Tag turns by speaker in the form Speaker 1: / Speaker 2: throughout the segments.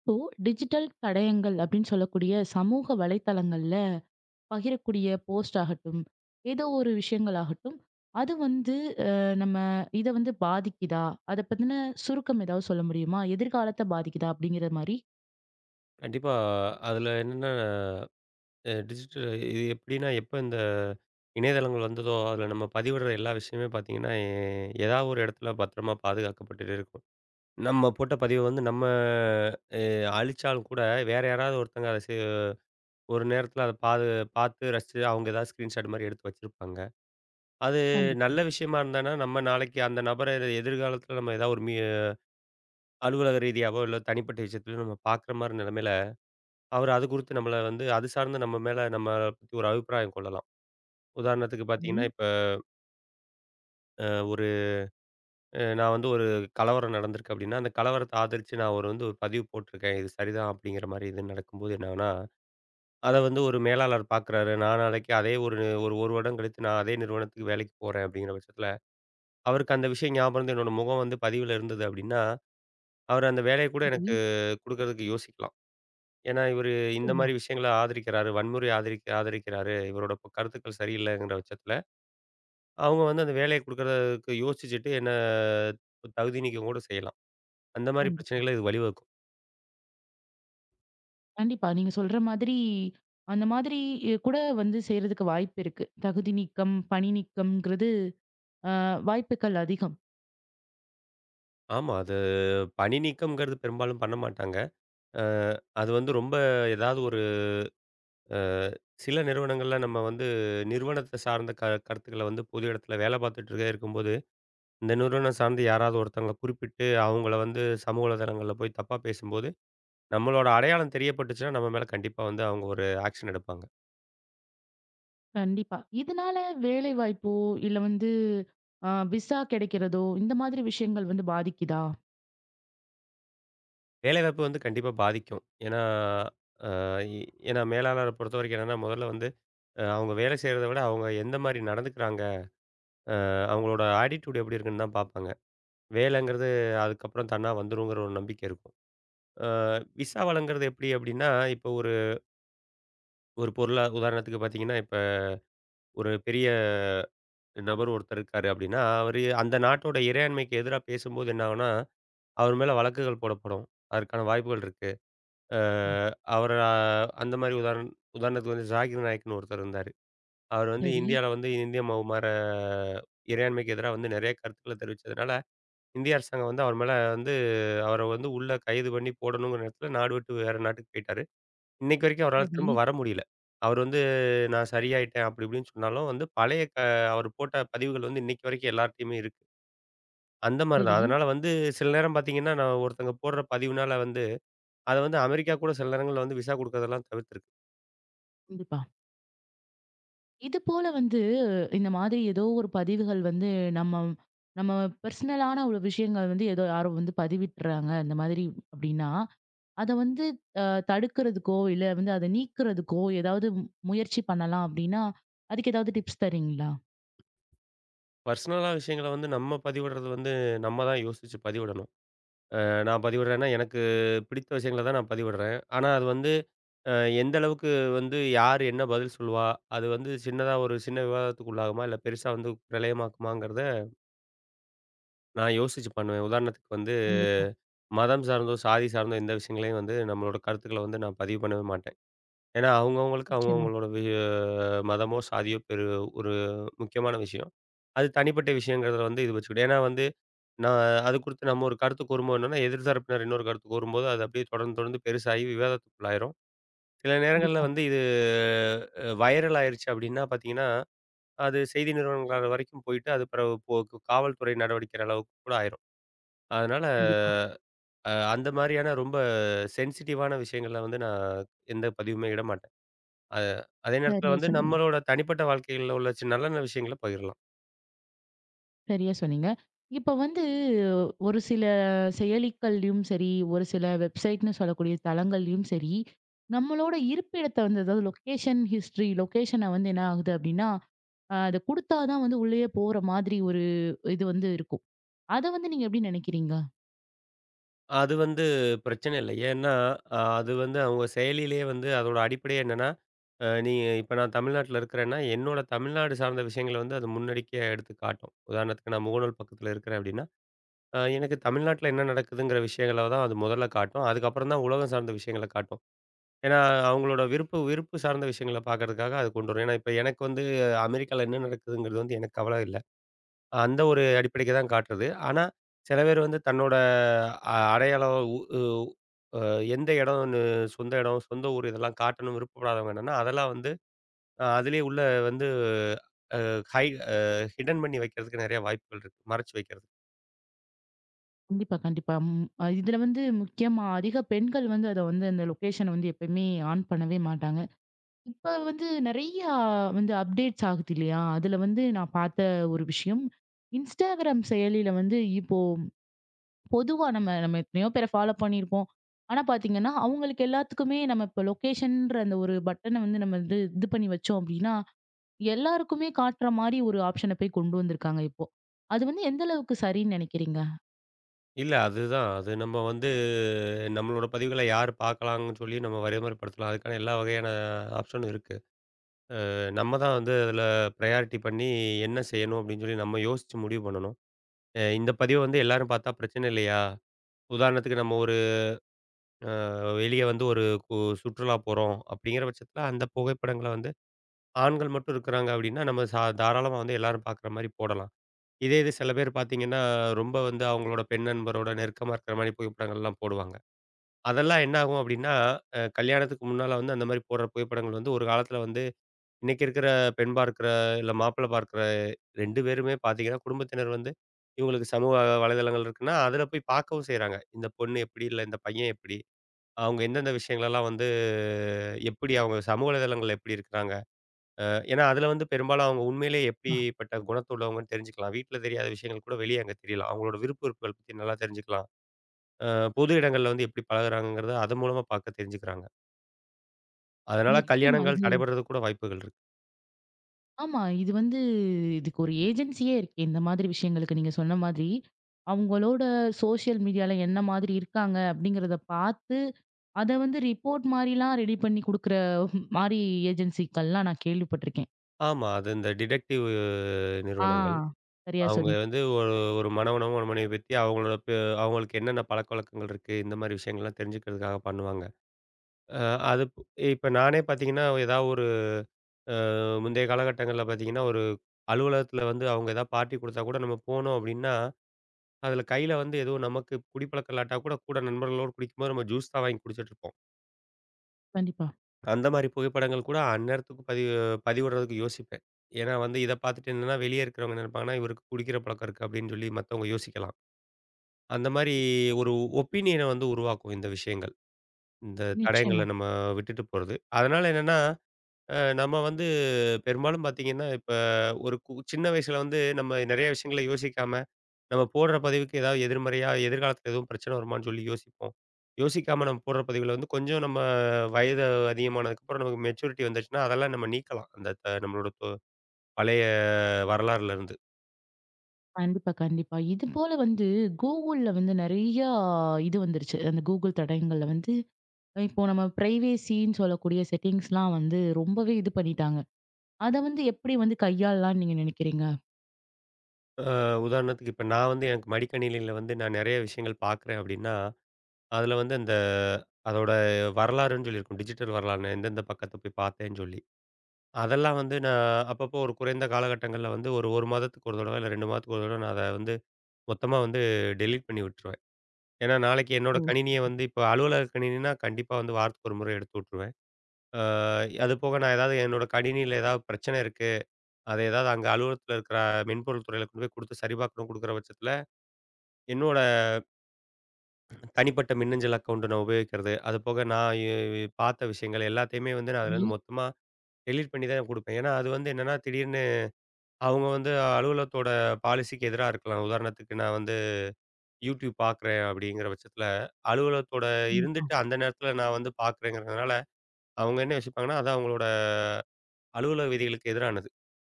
Speaker 1: இப்போ டிஜிட்டல் தடயங்கள் அப்படின்னு சொல்லக்கூடிய சமூக வலைத்தளங்கள்ல பகிரக்கூடிய போஸ்ட் ஆகட்டும், ஏதோ ஒரு விஷயங்கள் ஆகட்டும், அது வந்து நம்ம இதை வந்து பாதிக்குதா? அதை பத்தின சுருக்கம் ஏதாவது சொல்ல முடியுமா? எதிர்காலத்தை பாதிக்குதா அப்படிங்கிற மாதிரி.
Speaker 2: கண்டிப்பா. அதுல என்னன்னா, டிஜிட்டல் இது எப்படின்னா, எப்ப இந்த இணையதளங்கள் வந்ததோ, அதுல நம்ம பதிவிடுற எல்லா விஷயமே பார்த்தீங்கன்னா, ஏதாவது ஒரு இடத்துல பத்திரமா பாதுகாக்கப்பட்டுட்டே இருக்கும். நம்ம போட்ட பதிவ வந்து நம்ம அ அழிச்சாலும் கூட, வேற யாராவது ஒருத்தங்க அத ஒரு நேரத்துல அத பார்த்து ரசிச்சு, அவங்க ஏதாவது ஸ்கிரீன்ஷாட் மாரி எடுத்து வச்சிருப்பாங்க. அது
Speaker 1: கண்டிப்பா.
Speaker 2: நல்ல விஷயமா இருந்தன்னா, நம்ம நாளைக்கு அந்த நபர எதிர்காலத்துல நம்ம ஏதாவது ஒரு அலுவலக ரீதியாவோ, இல்ல தனிப்பட்ட விஷயத்திலயோ நம்ம பார்க்குற மாரி நிலைமையில அவரு அது குறித்து நம்மள வந்து அது சார்ந்து நம்ம மேல நம்மள பத்தி ஒரு அபிப்பிராயம் கொள்ளலாம். உதாரணத்துக்கு
Speaker 1: சரி.
Speaker 2: பார்த்தீங்கன்னா, இப்ப அ ஒரு நான் வந்து ஒரு கலவரம் நடந்திருக்கு அப்டின்னா, அந்த கலவரத்த ஆதரிச்சு நான் ஒரு வந்து ஒரு பதிவு போட்டிருக்கேன். இது சரிதான் அப்டிங்கிற மாரி இது நடக்கும்போது என்னாகும்னா, அத வந்து ஒரு மேலாளர் பார்க்குறாரு. நான் நாளைக்கு அதே ஒரு ஒரு 1 வருடம் கழித்து நான் அதே நிறுவனத்துக்கு வேலைக்கு போறேன் அப்டிங்கிற பட்சத்தில, அவருக்கு அந்த விஷயம் ஞாபகம் இருந்து என்னோட முகம் வந்து பதிவுல இருந்தது அப்டின்னா, அவர் அந்த வேலைய கூட
Speaker 1: சரி.
Speaker 2: எனக்கு குடுக்கறதுக்கு யோசிக்கலாம். ஏன்னா, இவரு இந்த
Speaker 1: நிச்சயமா.
Speaker 2: மாரி விஷயங்கள ஆதரிக்கிறாரு. வன்முறைய ஆதரிக்கிறாரு. இவரோட கருத்துக்கள் சரியில்லைங்கிற பட்சத்துல, அவங்க வந்து அந்த வேலைய குடுக்கறதுக்கு யோசிச்சுட்டு என்ன தகுதி நீக்கம் கூட செய்யலாம். அந்த மாரி
Speaker 1: கண்டிப்பா,
Speaker 2: பிரச்சனைகள இது வழிவகுக்கும்.
Speaker 1: கண்டிப்பா நீங்க சொல்ற மாதிரி அந்த மாதிரி கூட வந்து செய்யறதுக்கு வாய்ப்பு இருக்கு. தகுதி நீக்கம் பணி நீக்கம்ங்கிறது வாய்ப்புகள் அதிகம்.
Speaker 2: ஆமா. அது பணி நீக்கம்ங்கிறது பெரும்பாலும் பண்ண மாட்டாங்க. அ அது வந்து ரொம்ப ஏதாவது ஒரு அ சில நிறுவனங்கள்ல நம்ம வந்து நிறுவனத்த சார்ந்த கருத்துக்கள வந்து பொது இடத்துல வேல பார்த்துட்டு இருக்க இருக்கும்போது, இந்த நிறுவனம் சார்ந்து யாராவது ஒருத்தவங்கள குறிப்பிட்டு அவங்கள வந்து சமூக வலைதளங்கள்ல போய் தப்பா பேசும்போது நம்மளோட அடையாளம் தெரியப்பட்டுச்சுன்னா, நம்ம மேல கண்டிப்பா வந்து அவங்க ஒரு ஆக்ஷன் எடுப்பாங்க.
Speaker 1: கண்டிப்பா. இதனால வேலை வாய்ப்போ, இல்ல வந்து அ விசா கிடைக்கிறதோ, இந்த மாதிரி விஷயங்கள் வந்து பாதிக்குதா?
Speaker 2: வேலைவாய்ப்பு வந்து கண்டிப்பா பாதிக்கும். ஏன்னா, அ இ ஏன்னா மேலாளர பொறுத்தவரைக்கும் என்னன்னா, முதல்ல வந்து அவங்க வேலை செய்றத விட, அவங்க எந்த மாரி நடந்துக்கிறாங்க, அவங்களோட ஆட்டிட்யூட் எப்படி இருக்குன்னு தான் பார்ப்பாங்க. வேலைங்கிறது அதுக்கப்புறம் தானா வந்துருங்கிற ஒரு நம்பிக்கை இருக்கும். அ விசா வழங்குறது எப்படி அப்படின்னா, இப்போ ஒரு ஒரு பொருளா உதாரணத்துக்கு பார்த்தீங்கன்னா, இப்ப ஒரு பெரிய நபர் ஒருத்தர் இருக்காரு அப்படின்னா, அவரு அந்த நாட்டோட இறையாண்மைக்கு எதிரா பேசும்போது என்ன ஆகும்னா, அவர் மேல வழக்குகள் போடப்படும். அதற்கான வாய்ப்புகள் இருக்கு. அ
Speaker 1: ஆ.
Speaker 2: அவர அந்த மாரி உதாரணத்துக்கு வந்து ஜாகிர் நாயக்ன்னு ஒருத்தர் இருந்தாரு. அவர் வந்து
Speaker 1: சரி,
Speaker 2: இந்தியால வந்து இந்திய மவுமார இறையாண்மைக்கு எதிரா வந்து நெறைய கருத்துக்கள தெரிவிச்சதுனால, இந்திய அரசாங்கம் வந்து அவர் மேல வந்து அவர வந்து உள்ள கைது பண்ணி போடணுங்கிற நேரத்தில நாடு விட்டு வேற நாட்டுக்கு போயிட்டாரு. இன்னைக்கு வரைக்கும் அவரால
Speaker 1: சரி,
Speaker 2: திரும்ப வர முடியல. அவர் வந்து நான் சரியாயிட்டேன் அப்படி இப்படின்னு சொன்னாலும் வந்து பழைய அவர் போட்ட பதிவுகள் வந்து இன்னைக்கு வரைக்கும் எல்லார்ட்டயுமே இருக்கு. அந்த மாரி தான்.
Speaker 1: சரி.
Speaker 2: அதனால வந்து சில நேரம் பார்த்தீங்கன்னா, நான் ஒருத்தங்க போடுற பதிவுனால வந்து அத வந்து அமெரிக்கா கூட சில நேரங்கள்ல வந்து விசா குடுக்கறதெல்லாம் தவிர்த்திருக்கு.
Speaker 1: கண்டிப்பா. இது போல வந்து இந்த மாதிரி ஏதோ ஒரு பதிவுகள் வந்து நம்ம நம்ம பெர்சனலான ஒரு விஷயங்கள் வந்து ஏதோ யாரோ வந்து பதிவிட்டுறாங்க இந்த மாதிரி. அப்டின்னா, அத வந்து அ தடுக்கிறதுக்கோ, இல்ல வந்து அத நீக்குறதுக்கோ ஏதாவது மு- முயற்சி பண்ணலாம் அப்டின்னா, அதுக்கு ஏதாவது டிப்ஸ் தர்றீங்களா?
Speaker 2: பர்சனலா விஷயங்கள வந்து நம்ம பதிவிடுறது வந்து நம்ம தான் யோசிச்சு பதிவிடணும். நான் பதிவிடுறேன்னா, எனக்கு பிடித்த விஷயங்கள தான் நான் பதிவிடுறேன். ஆனா அது வந்து அ எந்த அளவுக்கு வந்து யார் என்ன பதில் சொல்லுவா? அது வந்து சின்னதா ஒரு சின்ன விவாதத்துக்கு உள்ளாகுமா? இல்ல பெருசா வந்து பிரளயமாக்குமாங்கிறத நான் யோசிச்சு பண்ணுவேன். உதாரணத்துக்கு வந்து
Speaker 1: கண்டிப்பா.
Speaker 2: மதம் சார்ந்தோ, சாதி சார்ந்தோ எந்த விஷயங்களையும் வந்து நம்மளோட கருத்துக்கள வந்து நான் பதிவு பண்ணவே மாட்டேன். ஏன்னா அவங்கவங்களுக்கு
Speaker 1: நிச்சயமா.
Speaker 2: அவங்கவங்களோட மதமோ, சாதியோ ஒரு முக்கியமான விஷயம். அது தனிப்பட்ட விஷயங்கிறதுல வந்து இது வச்சுக்கிட்டு ஏன்னா வந்து நான் அது குறித்து நம்ம ஒரு கருத்து கூறும்போது என்னன்னா, எதிர் தரப்பினர் இன்னொரு கருத்து கூறும்போது, அது அப்படியே தொடர்ந்து, தொடர்ந்து பெருசாகி விவாதத்துக்குள்ளாயிரும். சில நேரங்கள்ல
Speaker 1: கண்டிப்பா,
Speaker 2: வந்து இது வைரல் ஆயிருச்சு அப்படின்னா பார்த்தீங்கன்னா, அது செய்தி நிறுவனங்கள் வரைக்கும் போயிட்டு, அது பிறகு காவல்துறை நடவடிக்கை அளவுக்கு கூட ஆயிரும். அதனால
Speaker 1: கண்டிப்பா.
Speaker 2: அந்த மாரியான ரொம்ப சென்சிட்டிவான விஷயங்கள்ல வந்து நான் எந்த பதிவுமே இட மாட்டேன். அ அதே நேரத்தில
Speaker 1: சரியா
Speaker 2: வந்து
Speaker 1: சொன்னீங்க.
Speaker 2: நம்மளோட தனிப்பட்ட வாழ்க்கைகள்ல உள்ள நல்ல நல்ல விஷயங்கள பகிரலாம்.
Speaker 1: சரியா சொன்னீங்க. இப்ப வந்து ஒரு சில செயலிகள்லயும் சரி, ஒரு சில வெப்சைட்ன்னு சொல்லக்கூடிய தளங்கள்லயும் சரி, நம்மளோட இருப்பிடத்த வந்து, அதாவது லொக்கேஷன் ஹிஸ்டரி, லொக்கேஷன வந்து என்ன ஆகுது அப்டின்னா, அ அத குடுத்தா தான் வந்து உள்ளயே போற மாதிரி ஒரு இது வந்து இருக்கும். அத வந்து நீங்க எப்டி நெனைக்கிறீங்க?
Speaker 2: அது வந்து பிரச்சனை இல்லை. ஏன்னா, அது வந்து அவங்க செயலியிலேயே வந்து அதோட அடிப்படையே என்னன்னா, அ நீ இப்ப நான் தமிழ்நாட்ல இருக்கிறேன்னா, என்னோட தமிழ்நாடு சார்ந்த விஷயங்கள வந்து அது முன்னடிக்கே எடுத்து காட்டும். உதாரணத்துக்கு நான் முகநூல் பக்கத்துல இருக்கிறேன் அப்படின்னா, எனக்கு தமிழ்நாட்ல என்ன நடக்குதுங்கிற விஷயங்கள தான் அது முதல்ல காட்டும். அதுக்கப்புறம் தான் உலகம் சார்ந்த விஷயங்கள காட்டும். ஏன்னா, அவங்களோட விருப்பு விருப்பு சார்ந்த விஷயங்கள பார்க்கறதுக்காக அது கொண்டு வரும். ஏன்னா, இப்ப எனக்கு வந்து அமெரிக்கால என்ன நடக்குதுங்கிறது வந்து எனக்கு கவல இல்ல. அந்த ஒரு அடிப்படைக்கு தான் காட்டுது. ஆனா, சில பேர் வந்து தன்னோட அடையாளம் உ உ அ எந்த இடம்னு சொந்த இடம், சொந்த ஊர் இதெல்லாம் காட்டணும்னு விருப்பப்படாதவங்க என்னன்னா, அதெல்லாம் வந்து அதிலேயே உள்ள வந்து அ ஹை அ ஹிடன் பண்ணி வைக்கிறதுக்கு நெறைய வாய்ப்புகள் இருக்கு. மறைச்சு வைக்கிறது.
Speaker 1: கண்டிப்பா, கண்டிப்பா. ம். இதுல வந்து முக்கியமா அதிக பெண்கள் வந்து அத வந்து அந்த லொக்கேஷன வந்து எப்பயுமே ஆன் பண்ணவே மாட்டாங்க. இப்ப வந்து நெறையா வந்து அப்டேட்ஸ் ஆகுது இல்லையா? அதுல வந்து நான் பார்த்த ஒரு விஷயம், Instagram செயலியில வந்து இப்போ பொதுவா நம்ம நம்ம எத்தனையோ பேர ஃபாலோ பண்ணியிருப்போம். ஆனா பார்த்தீங்கன்னா, அவங்களுக்கு எல்லாத்துக்குமே நம்ம இப்ப லொகேஷன்ற அந்த ஒரு பட்டன வந்து நம்ம வந்து இது பண்ணி வச்சோம் அப்டின்னா, எல்லாருக்குமே காட்டுற மாரி ஒரு ஆப்ஷன போய் கொண்டு வந்திருக்காங்க இப்போ. அது வந்து எந்த அளவுக்கு சரின்னு நெனைக்கிறீங்க?
Speaker 2: இல்ல அதுதான். அது நம்ம வந்து நம்மளோட பதிவுகள யார் பார்க்கலாம்னு சொல்லி நம்ம வரைமுறைப்படுத்தலாம். அதுக்கான எல்லா வகையான ஆப்ஷனும் இருக்கு. நம்ம தான் வந்து அதில ப்ரையாரிட்டி பண்ணி என்ன செய்யணும் அப்படின்னு சொல்லி நம்ம யோசிச்சு முடிவு பண்ணணும். இந்த பதிவ வந்து எல்லாரும் பார்த்தா பிரச்சனை இல்லையா? உதாரணத்துக்கு நம்ம ஒரு வெளிய வந்து ஒரு சுற்றுலா போறோம் அப்படிங்கிற பட்சத்தில, அந்த புகைப்படங்கள வந்து ஆண்கள் மட்டும் இருக்கிறாங்க அப்படின்னா, நம்ம தாராளமா வந்து எல்லாரும் பார்க்குற மாரி போடலாம். இதே இது சில பேர் பார்த்தீங்கன்னா, ரொம்ப வந்து அவங்களோட பெண் நண்பரோட நெருக்கமா இருக்கிற மாரி புகைப்படங்கள்லாம் போடுவாங்க. அதெல்லாம் என்ன ஆகும் அப்படின்னா, கல்யாணத்துக்கு முன்னால வந்து அந்த மாரி போடுற புகைப்படங்கள் வந்து ஒரு காலத்தில வந்து இன்னைக்கு இருக்கிற பெண் பார்க்கிற, இல்ல மாப்பிள்ளை பார்க்கிற 2 பேருமே பார்த்தீங்கன்னா, குடும்பத்தினர் வந்து இவங்களுக்கு சமூக வலைதளங்கள் இருக்குன்னா, அதில போய் பார்க்கவும் செய்றாங்க. இந்த பொண்ணு எப்படி? இல்ல இந்த பையன் எப்படி? அவங்க எந்தெந்த விஷயங்களெல்லாம் வந்து எப்படி அவங்க சமூக வலைதளங்கள்ல எப்படி இருக்கிறாங்க? அ ஏன்னா அதில வந்து பெரும்பாலும் அவங்க உண்மையிலேயே
Speaker 1: ஆ.
Speaker 2: எப்படிப்பட்ட குணத்த உள்ளவங்கன்னு தெரிஞ்சுக்கலாம். வீட்ல தெரியாத விஷயங்கள் கூட வெளிய அங்க தெரியலாம். அவங்களோட விருப்பு வெறுப்புகள் பத்தி நல்லா தெரிஞ்சுக்கலாம். அ பொது இடங்கள்ல வந்து எப்படி பழகுறாங்கங்கிறத அதன் மூலமா பார்க்க தெரிஞ்சுக்கிறாங்க. அதனால
Speaker 1: நிச்சயமா.
Speaker 2: கல்யாணங்கள் தடைபடுறதுக்கு கூட வாய்ப்புகள் இருக்கு.
Speaker 1: ஆமா. இது வந்து இதுக்கு ஒரு ஏஜென்சியே இருக்கே. இந்த மாதிரி விஷயங்களுக்கு, நீங்க சொன்ன மாதிரி, அவங்களோட சோஷியல் மீடியால என்ன மாதிரி இருக்காங்க அப்படிங்கிறத பார்த்து, அத வந்து ரிப்போர்ட் மாரிலாம் ரெடி பண்ணி குடுக்குற மாரி ஏஜென்சிக்கள்லாம் நான் கேள்விப்பட்டுருக்கேன்.
Speaker 2: ஆமா. அது இந்த டிடெக்டிவ்
Speaker 1: ஆ.
Speaker 2: நிறுவனங்கள்.
Speaker 1: சரியா
Speaker 2: அவங்க
Speaker 1: சொன்னீங்க.
Speaker 2: வந்து ஒரு ஒரு மணவனோ, மணமனைவிய பத்தி அவங்களோட அவங்களுக்கு என்னென்ன பழக்கவழக்கங்கள் இருக்கு? இந்த மாரி விஷயங்கள்லாம் தெரிஞ்சுக்கிறதுக்காக பண்ணுவாங்க. அ அது இப்ப நானே பார்த்தீங்கன்னா, ஏதாவது ஒரு அ முந்தைய காலகட்டங்கள்ல பார்த்தீங்கன்னா, ஒரு அலுவலகத்தில வந்து அவங்க ஏதாவது பார்ட்டி குடுத்தா கூட நம்ம போனோம் அப்டின்னா, அதில கையில வந்து எதுவும் நமக்கு குடிப்பழக்கம் இல்லாட்டா கூட, கூட நண்பர்களோடு குடிக்கும்போது நம்ம ஜூஸ் தான் வாங்கி குடிச்சிட்டுருப்போம்.
Speaker 1: கண்டிப்பா.
Speaker 2: அந்த மாரி புகைப்படங்கள் கூட அந்நேரத்துக்கு பதிவிடுறதுக்கு யோசிப்பேன். ஏன்னா வந்து இத பார்த்துட்டு என்னன்னா, வெளிய இருக்கிறவங்க என்ன நினைப்பாங்கன்னா, இவருக்கு குடிக்கிற பழக்கம் இருக்கு அப்டின்னு சொல்லி மத்தவங்க யோசிக்கலாம். அந்த மாரி ஒரு ஒப்பீனியன வந்து உருவாக்கும் இந்த விஷயங்கள். இந்த தடயங்கள
Speaker 1: நிச்சயமா.
Speaker 2: நம்ம விட்டுட்டு போறது. அதனால என்னன்னா நம்ம வந்து பெரும்பாலும் பார்த்தீங்கன்னா, இப்ப ஒரு சின்ன வயசுல வந்து நம்ம நெறைய விஷயங்கள யோசிக்காம, நம்ம போடுற பதிவுக்கு ஏதாவது எதிர்மறையா எதிர்காலத்தில எதுவும் பிரச்சனை வருமான்னு சொல்லி யோசிப்போம். யோசிக்காம நம்ம போடுற பதிவுகள வந்து கொஞ்சம் நம்ம வயது அதிகமானதுக்கப்புறம் நமக்கு மெச்சூரிட்டி வந்துருச்சுன்னா, அதெல்லாம் நம்ம நீக்கலாம். அந்த நம்மளோட பழைய வரலாறுலருந்து.
Speaker 1: கண்டிப்பா, கண்டிப்பா. இதுபோல வந்து Googleல வந்து நெறையா இது வந்துருச்சு. அந்த Google தடயங்கள்ல வந்து இப்போ நம்ம பிரைவேசின்னு சொல்லக்கூடிய செட்டிங்ஸ்லாம் வந்து ரொம்பவே இது பண்ணிட்டாங்க. அத வந்து எப்படி வந்து கையாளலாம்ன்னு நீங்க நினைக்கிறீங்க?
Speaker 2: அ உதாரணத்துக்கு இப்ப நான் வந்து எனக்கு மடிக்கணினியில வந்து நான் நெறைய விஷயங்கள் பார்க்குறேன் அப்டின்னா, அதுல வந்து அந்த அதோட வரலாறுன்னு சொல்லியிருக்கும். டிஜிட்டல் வரலாறுன்னு எந்தெந்த பக்கத்த போய் பார்த்தேன்னு சொல்லி. அதெல்லாம் வந்து நான் அப்பப்போ ஒரு குறைந்த காலகட்டங்கள்ல வந்து ஒரு 1 மாதத்துக்கு ஒரு தடவ, இல்ல 2 மாதத்துக்கு ஒரு தடவ நான் அத வந்து மொத்தமா வந்து டெலீட் பண்ணி விட்டுருவேன். ஏன்னா, நாளைக்கு என்னோட
Speaker 1: ஓ!
Speaker 2: கணினிய வந்து இப்போ அலுவலக கணினின்னா கண்டிப்பா வந்து வாரத்துக்கு ஒரு முறை எடுத்து விட்டுருவேன். அ அது போக நான் ஏதாவது என்னோட கணினியில ஏதாவது பிரச்சனை இருக்கு. அத ஏதாவது அங்க அலுவலகத்தில இருக்கிற மென்பொருள் துறையில கொண்டு போய் குடுத்து சரிபார்க்கணும் குடுக்குற பட்சத்தில, என்னோட தனிப்பட்ட மின்னஞ்சல் அக்கவுண்ட் நான் உபயோகிக்கிறது. அது போக நான் பார்த்த விஷயங்கள் எல்லாத்தையுமே வந்து நான்
Speaker 1: சரி.
Speaker 2: அதுலேருந்து மொத்தமா டெலீட் பண்ணி தான் குடுப்பேன். ஏன்னா, அது வந்து என்னன்னா திடீர்னு அவங்க வந்து அலுவலகத்தோட பாலிசிக்கு எதிரா இருக்கலாம். உதாரணத்துக்கு நான் வந்து யூடியூப் பார்க்குறேன் அப்படிங்கிற பட்சத்தில, அலுவலகத்தோட
Speaker 1: கண்டிப்பா.
Speaker 2: இருந்துட்டு அந்த நேரத்தில நான் வந்து பார்க்குறேங்கிறதுனால, அவங்க என்ன யோசிப்பாங்கன்னா, அது அவங்களோட அலுவலக விதிகளுக்கு எதிரானது.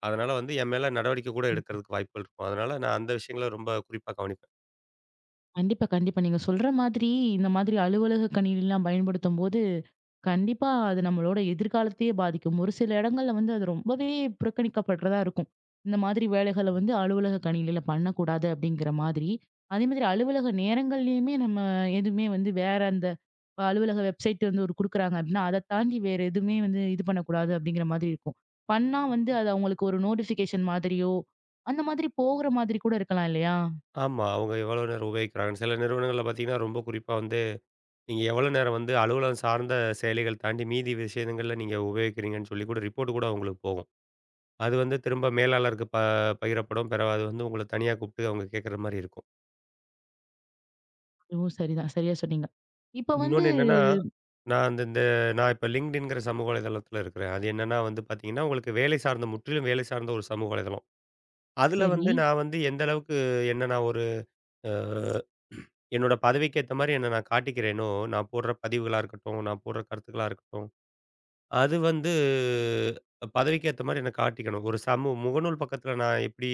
Speaker 2: அதனால வந்து என் மேல நடவடிக்கை கூட
Speaker 1: ம்.
Speaker 2: எடுக்கிறதுக்கு வாய்ப்புகள் இருக்கும். அதனால நான் அந்த விஷயங்கள ரொம்ப குறிப்பா கவனிப்பேன்.
Speaker 1: கண்டிப்பா, கண்டிப்பா. நீங்க சொல்ற மாதிரி, இந்த மாதிரி அலுவலக கணினிலாம் பயன்படுத்தும்போது, கண்டிப்பா அது நம்மளோட எதிர்காலத்தையே பாதிக்கும். ஒரு சில இடங்கள்ல வந்து அது ரொம்பவே புறக்கணிக்கப்படுறதா இருக்கும். இந்த மாதிரி வேலைகள வந்து அலுவலக கணினியில பண்ணக்கூடாது அப்படிங்கிற மாதிரி. அதே மாதிரி அலுவலக நேரங்கள்லயுமே நம்ம எதுவுமே வந்து வேற அந்த அலுவலக வெப்சைட் வந்து ஒரு குடுக்குறாங்க அப்படின்னா, அத தாண்டி வேற எதுவுமே வந்து இது பண்ணக்கூடாது அப்படிங்கிற மாதிரி இருக்கும். பண்ணா வந்து அது அவங்களுக்கு ஒரு நோட்டிஃபிகேஷன் மாதிரியோ, அந்த மாதிரி போகிற மாதிரி கூட இருக்கலாம் இல்லையா?
Speaker 2: ஆமா, அவங்க எவ்வளோ நேரம் உபயோகிக்கிறாங்கன்னு. சில நிறுவனங்கள்ல பார்த்தீங்கன்னா, ரொம்ப குறிப்பா வந்து நீங்க எவ்வளோ நேரம் வந்து அலுவலகம் சார்ந்த செயலிகள் தாண்டி மீதி விஷயங்கள்ல நீங்க உபயோகிக்கிறீங்கன்னு சொல்லி கூட ரிப்போர்ட் கூட அவங்களுக்கு போகும். அது வந்து திரும்ப மேலாளருக்கு பகிரப்படும். பிறவு அது வந்து உங்கள தனியா கூப்ட்டு அவங்க கேட்குற மாரி இருக்கும்.
Speaker 1: ஓ! சரிதான். சரியா சொன்னீங்க. இப்ப வந்து
Speaker 2: இன்னொன்னு என்னன்னா, நான் அந்த இந்த நான் இப்ப LinkedInங்கிற சமூக வலைதளத்தில இருக்கிறேன். அது என்னன்னா வந்து பார்த்தீங்கன்னா, உங்களுக்கு வேலை சார்ந்த முற்றிலும் வேலை சார்ந்த ஒரு சமூக வலைதளம். அதில வந்து
Speaker 1: சரி.
Speaker 2: நான் வந்து எந்த அளவுக்கு என்ன நான் ஒரு அ என்னோட பதவிக்கு ஏத்த மாரி என்ன நான் காட்டிக்கிறேனோ, நான் போடுற பதிவுகளா இருக்கட்டும், நான் போடுற கருத்துக்களா இருக்கட்டும், அது வந்து பதவிக்கு ஏத்த மாரி என்ன காட்டிக்கணும். ஒரு முகநூல் பக்கத்தில நான் எப்படி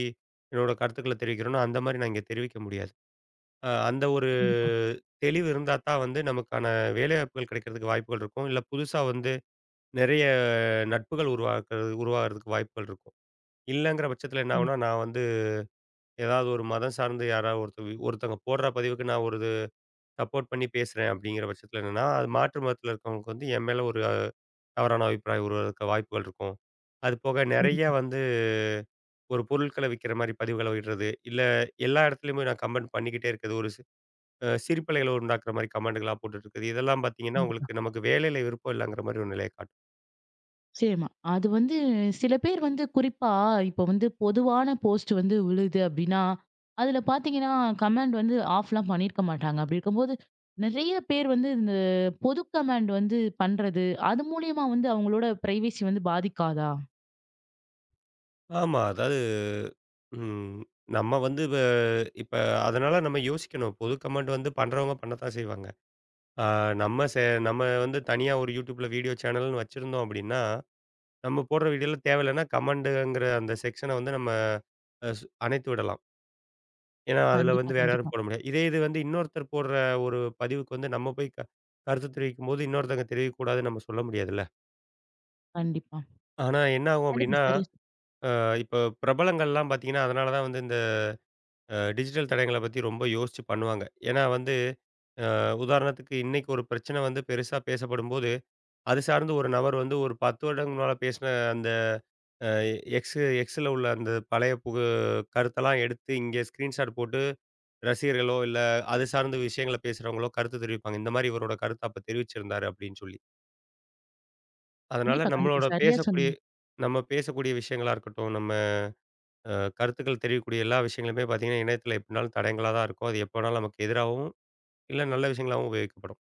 Speaker 2: என்னோட கருத்துக்கள தெரிவிக்கிறேனோ, அந்த மாரி நான் இங்க தெரிவிக்க முடியாது. அந்த ஒரு
Speaker 1: கண்டிப்பா.
Speaker 2: தெளிவு இருந்தா தான் வந்து நமக்கான வேலைவாய்ப்புகள் கிடைக்கிறதுக்கு வாய்ப்புகள் இருக்கும். இல்ல புதுசா வந்து நெறைய நட்புகள் உருவாகுறதுக்கு வாய்ப்புகள் இருக்கும். இல்லங்கிற பட்சத்தில என்ன
Speaker 1: ம்.
Speaker 2: ஆகும்னா, நான் வந்து ஏதாவது ஒரு மதம் சார்ந்து யாராவது ஒருத்தங்க ஒருத்தவங்க போடுற பதிவுக்கு நான் ஒரு இது சப்போர்ட் பண்ணி பேசுறேன் அப்படிங்கிற பட்சத்தில என்னன்னா, அது மாற்று மதத்தில இருக்கவங்களுக்கு வந்து என் மேல ஒரு தவறான அபிப்பிராயம் உருவாகுறதுக்கு வாய்ப்புகள் இருக்கும். அது போக நெறைய
Speaker 1: கண்டிப்பா,
Speaker 2: வந்து ஒரு பொருட்கள விக்கிற மாரி பதிவுகள விடுறது, இல்ல எல்லா இடத்துலயுமே நான் கமெண்ட் பண்ணிக்கிட்டே இருக்கிறது ஒரு சி அ சிரிப்பலைகளை உண்டாக்குற மாரி கமெண்டுகளா போட்டுட்டு இருக்குது. இதெல்லாம் பார்த்தீங்கன்னா,
Speaker 1: கண்டிப்பா.
Speaker 2: உங்களுக்கு நமக்கு வேலையில விருப்பம் இல்லங்கிற மாரி ஒரு நிலைய காட்டும்.
Speaker 1: நிச்சயமா. அது வந்து சில பேர் வந்து குறிப்பா இப்ப வந்து பொதுவான போஸ்ட் வந்து விழுது அப்டின்னா, அதுல பார்த்தீங்கன்னா கமெண்ட் வந்து ஆஃப்லாம் பண்ணியிருக்க மாட்டாங்க. அப்டி இருக்கும்போது, நெறைய பேர் வந்து இந்த பொது கமெண்ட் வந்து பண்றது, அது மூலியமா வந்து அவங்களோட பிரைவசி வந்து பாதிக்காதா?
Speaker 2: ஆமா. அதாவது ம் நம்ம வந்து இப்ப அதனால நம்ம யோசிக்கணும். பொது கமெண்ட் வந்து பண்றவங்க பண்ணத்தான் செய்வாங்க. ஆ நம்ம நம்ம வந்து தனியா ஒரு YouTubeல வீடியோ சேனல்னு வச்சிருந்தோம் அப்படின்னா, நம்ம போடுற வீடியோல தேவையில்லன்னா கமெண்டுங்கிற அந்த செக்ஷன வந்து நம்ம அ சு அணைத்து விடலாம். ஏன்னா, அதில
Speaker 1: கண்டிப்பா,
Speaker 2: வந்து வேற யாரும்
Speaker 1: கண்டிப்பா,
Speaker 2: போட முடியாது. இதே இது வந்து இன்னொருத்தர் போடுற ஒரு பதிவுக்கு வந்து நம்ம போய் கருத்து தெரிவிக்கும்போது, இன்னொருத்தங்க தெரிவிக்கக்கூடாதுன்னு நம்ம சொல்ல முடியாதுல்ல.
Speaker 1: கண்டிப்பா.
Speaker 2: ஆனா என்ன ஆகும்
Speaker 1: கண்டிப்பா.
Speaker 2: அப்படின்னா,
Speaker 1: சரியா சொ
Speaker 2: இப்போ பிரபலங்கள்லாம் பார்த்தீங்கன்னா, அதனால தான் வந்து இந்த டிஜிட்டல் தடயங்கள பத்தி ரொம்ப யோசிச்சு பண்ணுவாங்க. ஏன்னா வந்து உதாரணத்துக்கு இன்னைக்கு ஒரு பிரச்சனை வந்து பெருசா பேசப்படும்போது, அது சார்ந்து ஒரு நபர் வந்து ஒரு 10 வருடங்களுக்கு முன்னால பேசின அந்த அ எக்ஸ் எக்ஸ்ல உள்ள அந்த பழைய கருத்தெல்லாம் எடுத்து இங்கே ஸ்கிரீன்ஷாட் போட்டு ரசிகர்களோ, இல்ல அது சார்ந்த விஷயங்கள பேசுறவங்களோ கருத்து தெரிவிப்பாங்க. இந்த மாரி இவரோட கருத்த அப்ப தெரிவிச்சிருந்தாரு அப்படின்னு சொல்லி. அதனால
Speaker 1: கண்டிப்பா, கண்டிப்பா.
Speaker 2: நம்மளோட
Speaker 1: சரியா
Speaker 2: பேசக்கூடிய
Speaker 1: சொன்னீங்க.
Speaker 2: நம்ம பேசக்கூடிய விஷயங்களா இருக்கட்டும், நம்ம அ கருத்துக்கள் தெரியக்கூடிய எல்லா விஷயங்களுமே பார்த்தீங்கன்னா, இணையத்தில எப்படினாலும் தடயங்களா தான் இருக்கும். அது எப்ப வேணாலும் நமக்கு எதிராவும், இல்ல நல்ல விஷயங்களாவும் உபயோகிக்கப்படும்.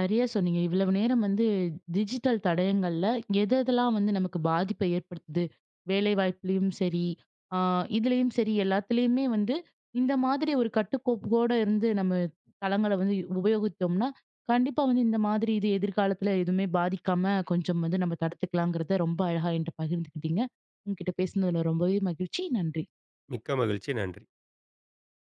Speaker 1: சரியா சொன்னீங்க. இவ்வளவு நேரம் வந்து டிஜிட்டல் தடயங்கள்ல எது எதெல்லாம் வந்து நமக்கு பாதிப்பை ஏற்படுத்துது? வேலைவாய்ப்புலயும் சரி, ஆ இதுலயும் சரி, எல்லாத்துலயுமே வந்து இந்த மாதிரி ஒரு கட்டுக்கோப்போட இருந்து நம்ம தளங்கள வந்து உபயோகித்தோம்னா, கண்டிப்பா வந்து இந்த மாதிரி இது எதிர்காலத்துல எதுவுமே பாதிக்காம கொஞ்சம் வந்து நம்ம தடுத்துக்கலாங்கிறத ரொம்ப அழகா என்ட்ட பகிர்ந்துக்கிட்டீங்க. உங்ககிட்ட பேசினதுல ரொம்பவே மகிழ்ச்சி. நன்றி.
Speaker 2: மிக்க மகிழ்ச்சி. நன்றி.